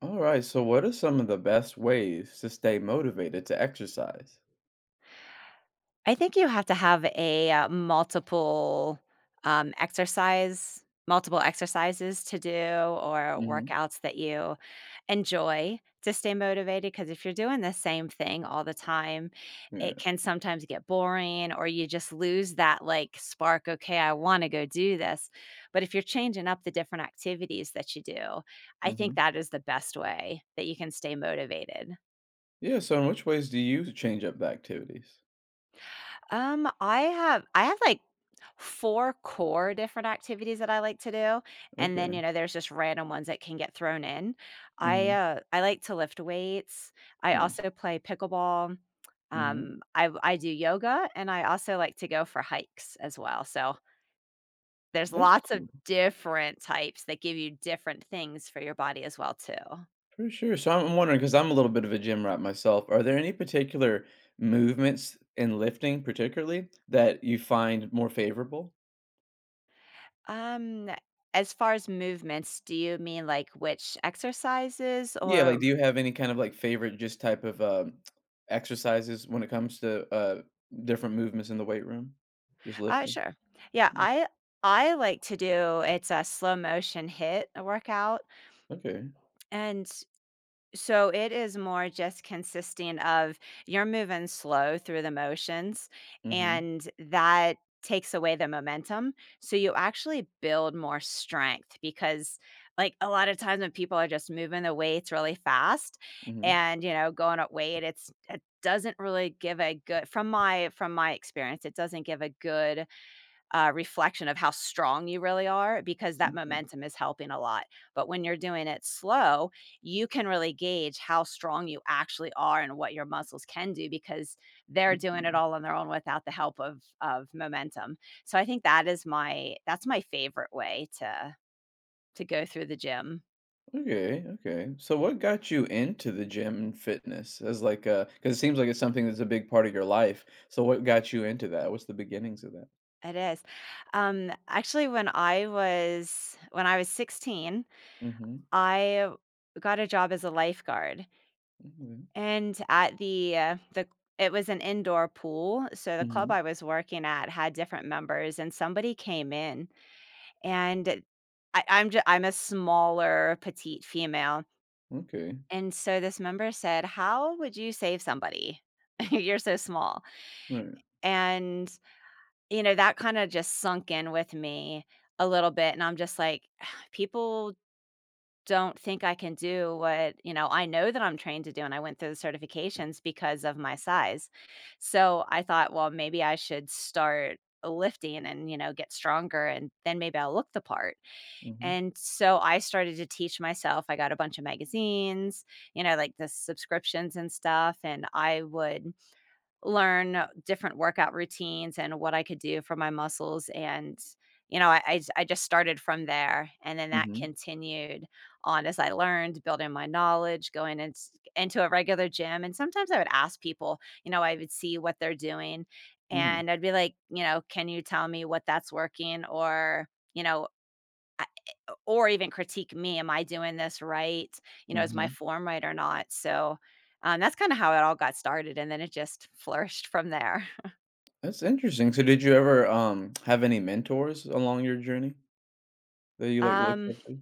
All right, so what are some of the best ways to stay motivated to exercise? I think you have to have a, multiple, exercise multiple exercises to do or Hmm. workouts that you enjoy to stay motivated. Because if you're doing the same thing all the time, it Yeah. can sometimes get boring or you just lose that, like, spark, "Okay, I wanna go do this." But if you're changing up the different activities that you do, I think Hmm. that is the best way that you can stay motivated. Yeah, so in which ways do you change up the activities? I have, like, 4 core different activities that I like to do, and then, Okay. There's just random ones that can get thrown in. I, Hmm. uh I like to lift weights. I Nice. also play pickleball. Hmm. I do yoga, and I also like to go for hikes as well, so there's That's lots of cool. different types that give you different things for your body as well too. For sure. So I'm wondering, because I'm a little bit of a gym rat myself, are there any particular movements in lifting particularly that you find more favorable? Um, as far as movements, do you mean, like, which exercises Yeah, like or do you have any kind of like favorite just type of exercises when it comes to different movements in the weight room? Just lifting? sure. Yeah, Yeah. I like to do it's a slow motion hit workout. Okay. And so it is more just consisting of you're moving slow through the motions Mhm. and that takes away the momentum. So you actually build more strength because like a lot of times when people are just moving the weights really fast Mhm. and going up weight, it doesn't really give a good from my experience, it doesn't give a good reflection of how strong you really are because that Okay. momentum is helping a lot. But when you're doing it slow, you can really gauge how strong you actually are and what your muscles can do because they're doing it Mhm. all on their own without the help of momentum. So I think that is my favorite way to go through the gym. Okay, okay. So what got you into the gym and fitness as like because it seems like it's something that's a big part of your life. So what got you into that? What's the beginnings of that? It is. Actually when I was 16, Mhm. I got a job as a lifeguard. Mhm. And at the it was an indoor pool, so the club Mhm. I was working at had different members, and somebody came in, and I I'm ju I'm a smaller petite female, Okay. and so this member said, "How would you save somebody? You're so small." Right. And, you know, that kinda just sunk in with me a little bit, and I'm just like, people don't think I can do what, you know, I know that I'm trained to do, and I went through the certifications because of my size. So I thought, well, maybe I should start lifting and, you know, get stronger and then maybe I'll look the part. Mhm. And so I started to teach myself. I got a bunch of magazines, you know, like the subscriptions and stuff. And I would learn different workout routines and what I could do for my muscles and, you know, I just started from there, and then that Mhm. continued on as I learned, building my knowledge, going ins into a regular gym, and sometimes I would ask people, you know, I would see what they're doing, Yeah. and I'd be like, you know, "Can you tell me what that's working?" Or, you know, or even critique me, "Am I doing this right? You know, is my Mhm. form right or not?" So, that's kinda how it all got started, and then it just flourished from there. That's interesting. So did you ever, have any mentors along your journey that you, like, looked Um, up to?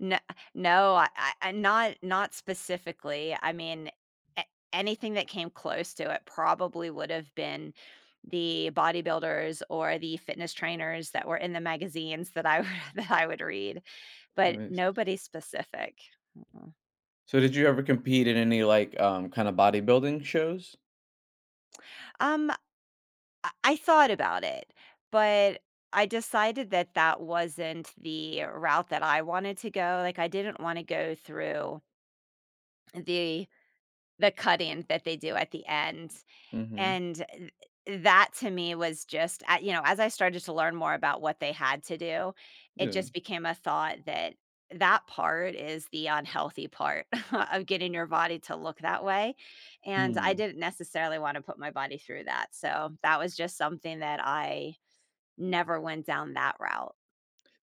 n No, I not not specifically. I mean, a anything that came close to it probably would have been the bodybuilders or the fitness trainers that were in the magazines that I that I would read, but Nice. nobody specific. Mm-mm. So did you ever compete in any, like, kinda bodybuilding shows? Um, I thought about it, but I decided that that wasn't the route that I wanted to go, like, I didn't wanna go through the the cut-in that they do at the end, Mhm. and th that to me was just a you know, as I started to learn more about what they had to do, it Yeah. just became a thought that that part is the unhealthy part of getting your body to look that way, and I Hmm. didn't necessarily wanna put my body through that, so that was just something that I never went down that route.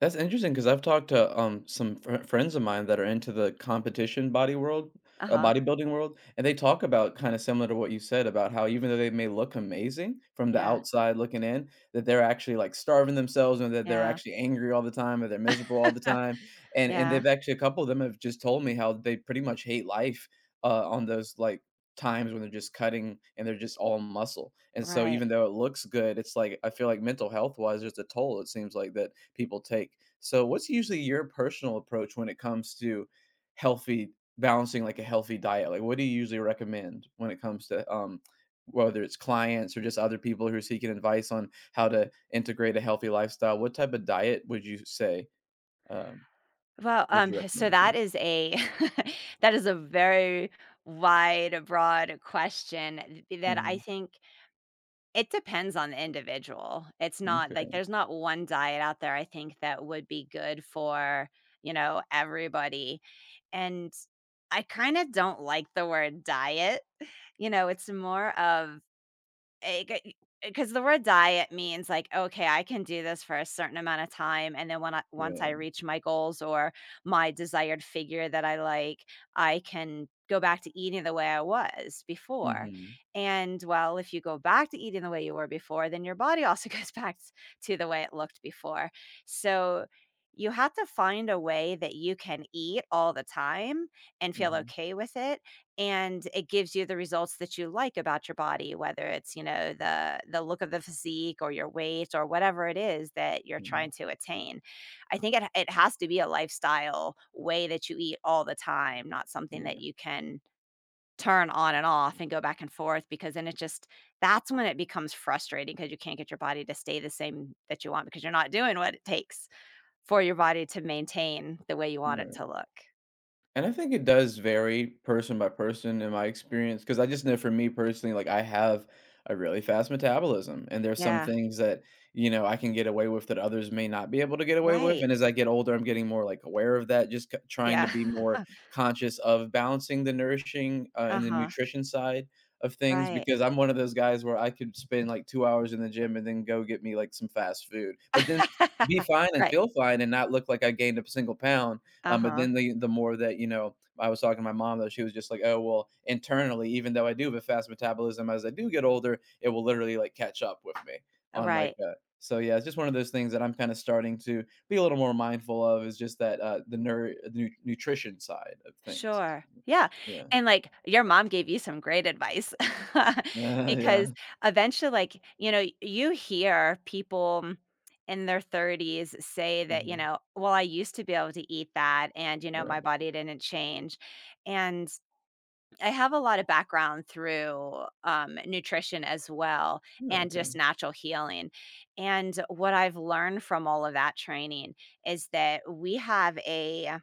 That's interesting because I've talked to some friends of mine that are into the competition body world, Uh-huh. bodybuilding world, and they talk about kind of similar to what you said about how even though they may look amazing from the Yeah, outside looking in, that they're actually like starving themselves and that they're yeah, actually angry all the time or they're miserable all the time. And yeah, they've actually a couple of them have just told me how they pretty much hate life, on those like times when they're just cutting and they're just all muscle. And so right. even though it looks good, it's like I feel like mental health wise, there's a toll it seems like that people take. So what's usually your personal approach when it comes to healthy balancing like a healthy diet? Like what do you usually recommend when it comes to whether it's clients or just other people who are seeking advice on how to integrate a healthy lifestyle, what type of diet would you say um, Well, would you so recommend to? that is a that is a very wide, broad question th that I Hmm. think it depends on the individual. It's not like Okay. there's not one diet out there I think that would be good for, you know, everybody, and I kinda don't like the word diet, you know, it's more of because the word diet means, like, "Okay, I can do this for a certain amount of time, and then when I once I Right. reach my goals or my desired figure that I like, I can go back to eating the way I was before." Hmm. And, well, if you go back to eating the way you were before, then your body also goes back s to the way it looked before. So, you have to find a way that you can eat all the time and feel Hmm. okay with it, and it gives you the results that you like about your body, whether it's you know the look of the physique or your weight or whatever it is that you're Hmm. trying to attain. I think it has to be a lifestyle way that you eat all the time, not something that Yeah. you can turn on and off and go back and forth, because then it just that's when it becomes frustrating because you can't get your body to stay the same that you want because you're not doing what it takes for your body to maintain the way you want it Right. to look. And I think it does vary person by person in my experience, because I just know for me personally, like, I have a really fast metabolism, and there's some Yeah, things that, you know, I can get away with that others may not be able to get away with, right, and as I get older, I'm getting more, like, aware of that, just c trying to yeah. be more conscious of balancing the nourishing, and the Uh-huh. nutrition side of things Right. because I'm one of those guys where I could spend, like, 2 hours in the gym and then go get me, like, some fast food, but then be fine and Right. feel fine and not look like I gained a single pound, but Uh-huh. then the more that, you know, I was talking to my mom though. She was just like, "Oh, well, internally, even though I do have a fast metabolism, as I do get older, it will literally like catch up with me on like Right. a" so yeah, it's just one of those things that I'm kind of starting to be a little more mindful of is just that the nur nu nutrition side of things. Sure. Excuse me. Yeah, Yeah. and, like, your mom gave you some great advice Yeah. because eventually, like, you know, you hear people in their 30s say that, you Uh-huh. know, "Well, I used to be able to eat that, and, you know, my Right. body didn't change," and I have a lot of background through, nutrition as well Yeah, and just okay. natural healing, and what I've learned from all of that training is that we have a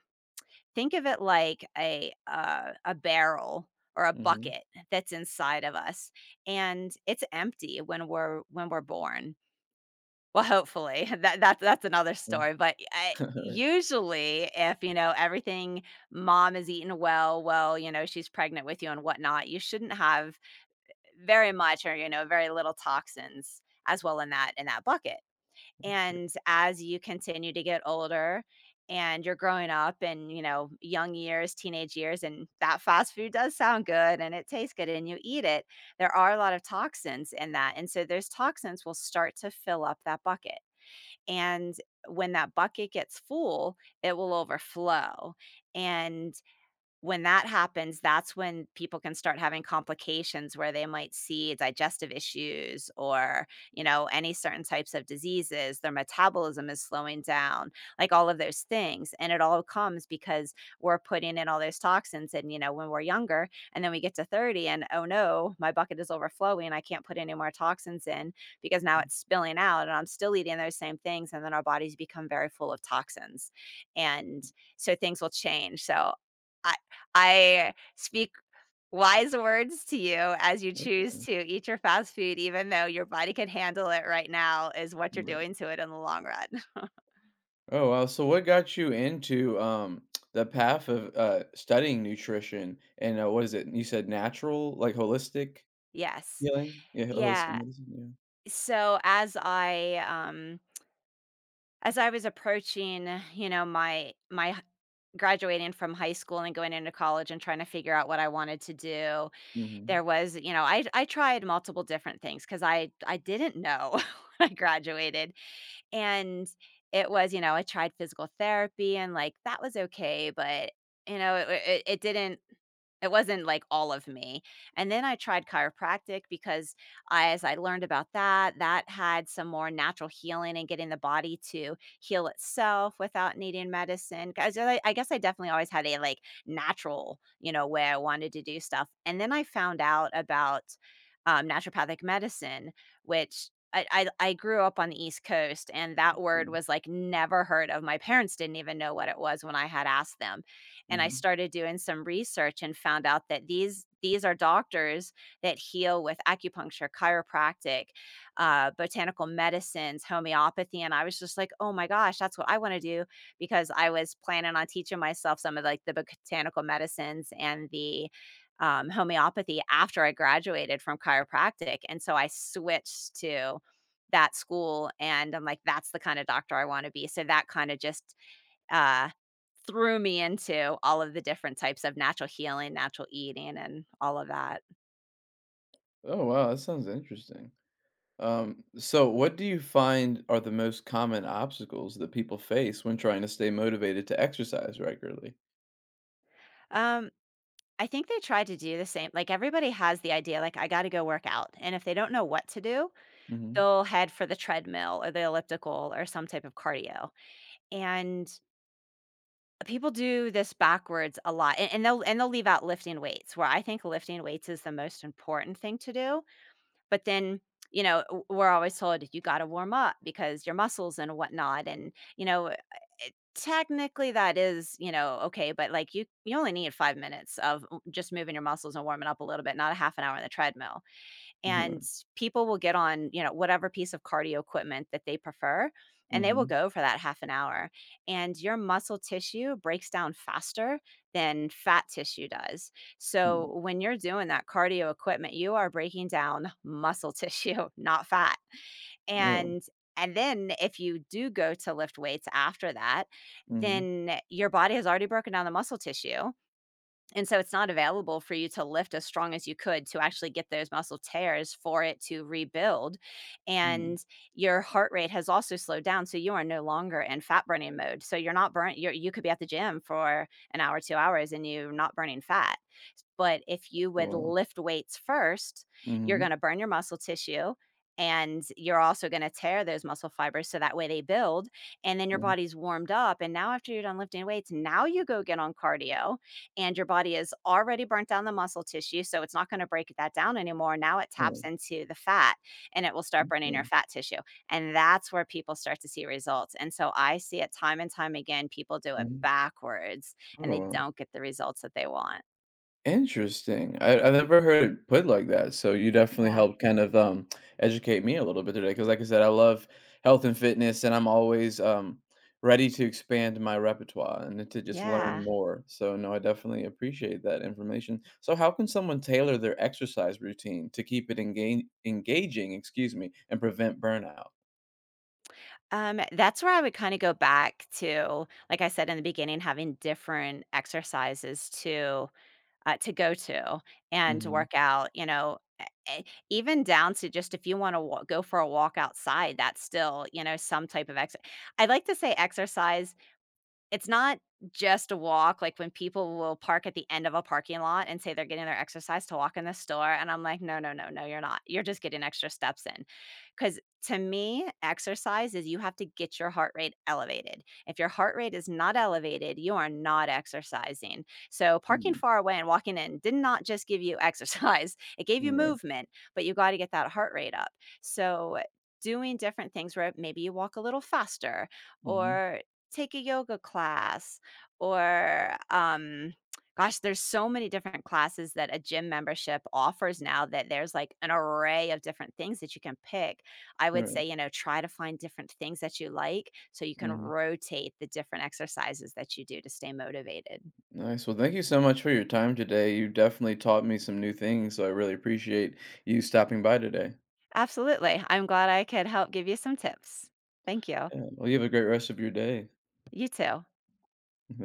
think of it like a barrel or a Mhm. bucket that's inside of us, and it's empty when we're born, well, hopefully, that's another story, but I usually, if, you know, everything mom is eating well, well, you know, she's pregnant with you and whatnot, you shouldn't have very much or, you know, very little toxins as well in that bucket, and as you continue to get older and you're growing up and, you know, young years, teenage years, and that fast food does sound good and it tastes good and you eat it, there are a lot of toxins in that, and so those toxins will start to fill up that bucket and when that bucket gets full, it will overflow, and when that happens, that's when people can start having complications where they might see digestive issues or, you know, any certain types of diseases, their metabolism is slowing down, like all of those things. And it all comes because we're putting in all those toxins and, you know, when we're younger and then we get to 30 and oh no, my bucket is overflowing. I can't put any more toxins in because now it's spilling out and I'm still eating those same things. And then our bodies become very full of toxins. And so things will change. So I, I speak wise words to you as you choose to eat your fast food, even though your body can handle it right now, is what you're Right. doing to it in the long run. Oh, wow. So what got you into the path of studying nutrition and what is it? You said natural, like holistic Yes. healing? Yeah, holistic Yeah. medicine. So as I was approaching, you know, my graduating from high school and going into college and trying to figure out what I wanted to do, Yeah. Mm-hmm. there was, you know, I tried multiple different things because I didn't know when I graduated. And it was, you know, I tried physical therapy and like that was okay, but you know, it didn't it wasn't like all of me, and then I tried chiropractic because I as I learned about that, that had some more natural healing and getting the body to heal itself without needing medicine, 'cause I guess I definitely always had a, like, natural, you know, way I wanted to do stuff, and then I found out about, naturopathic medicine, which I grew up on the East Coast, and that Yeah. word was, like, never heard of. My parents didn't even know what it was when I had asked them, and I Mm-hmm. started doing some research and found out that these are doctors that heal with acupuncture, chiropractic, botanical medicines, homeopathy, and I was just like, "Oh my gosh, that's what I want to do," because I was planning on teaching myself some of like the botanical medicines and the homeopathy after I graduated from chiropractic, and so I switched to that school, and I'm like, "That's the kind of doctor I want to be." So that kind of just uh, threw me into all of the different types of natural healing, natural eating, and all of that. Oh, wow. That sounds interesting. So what do you find are the most common obstacles that people face when trying to stay motivated to exercise regularly? Um, I think they tried to do the same. Like everybody has the idea, like, I gotta go work out. And if they don't know what to do, Mm-hmm. they'll head for the treadmill or the elliptical or some type of cardio. And people do this backwards a lot. And they'll leave out lifting weights, where I think lifting weights is the most important thing to do. But then, you know, we're always told you got to warm up because your muscles and whatnot. And, you know, technically that is, you know, okay. But like you only need 5 minutes of just moving your muscles and warming up a little bit, not a half an hour on the treadmill, and Mm-hmm. people will get on, you know, whatever piece of cardio equipment that they prefer, and they will Mm-hmm. go for that half an hour. And your muscle tissue breaks down faster than fat tissue does. Mm. So when you're doing that cardio equipment, you are breaking down muscle tissue, not fat. Oh. And and then if you do go to lift weights after that, Mm-hmm. then your body has already broken down the muscle tissue, and so it's not available for you to lift as strong as you could to actually get those muscle tears for it to rebuild. Mm. And your heart rate has also slowed down. So you are no longer in fat burning mode. So you're not burnt. You're, you could be at the gym for an hour, 2 hours, and you're not burning fat. But if you Oh, would wow. lift weights first, you're Mm-hmm. gonna burn your muscle tissue, and you're also gonna tear those muscle fibers so that way they build. And then your Mm-hmm. body's warmed up. And now, after you're done lifting weights, now you go get on cardio, and your body has already burnt down the muscle tissue. So it's not gonna break that down anymore. Now it taps Oh, into the fat, and it will start burning your okay. fat tissue. And that's where people start to see results. And so I see it time and time again. People do it Mhm. backwards Oh, and they wow. don't get the results that they want. Interesting. I've never heard it put like that, so you definitely Yeah. helped kind of, educate me a little bit today. Because, like I said, I love health and fitness, and I'm always, ready to expand my repertoire and to just learn Yeah. more. So, no, I definitely appreciate that information. So how can someone tailor their exercise routine to keep it engan engaging, excuse me, and prevent burnout? That's where I would kind of go back to, like I said in the beginning, having different exercises to go to and to Mhm. work out. You know, e- even down to just if you want to go for a walk outside, that's still, you know, some type of exercise. I like to say exercise. It's not just a walk, like, when people will park at the end of a parking lot and say they're getting their exercise to walk in the store, and I'm like, "No, no, no, no, you're not. You're just getting extra steps in, because to me, exercise is you have to get your heart rate elevated. If your heart rate is not elevated, you are not exercising. So, parking Mm. far away and walking in did not just give you exercise, it gave you Right. movement, but you gotta get that heart rate up. So, doing different things where maybe you walk a little faster Mhm. or take a yoga class or gosh, there's so many different classes that a gym membership offers now, that there's like an array of different things that you can pick. I would Right. say, you know, try to find different things that you like so you can Mhm. rotate the different exercises that you do to stay motivated. Nice. Well, thank you so much for your time today. You definitely taught me some new things, so I really appreciate you stopping by today. Absolutely. I'm glad I could help give you some tips. Thank you. Yeah. Well, you have a great rest of your day. You too.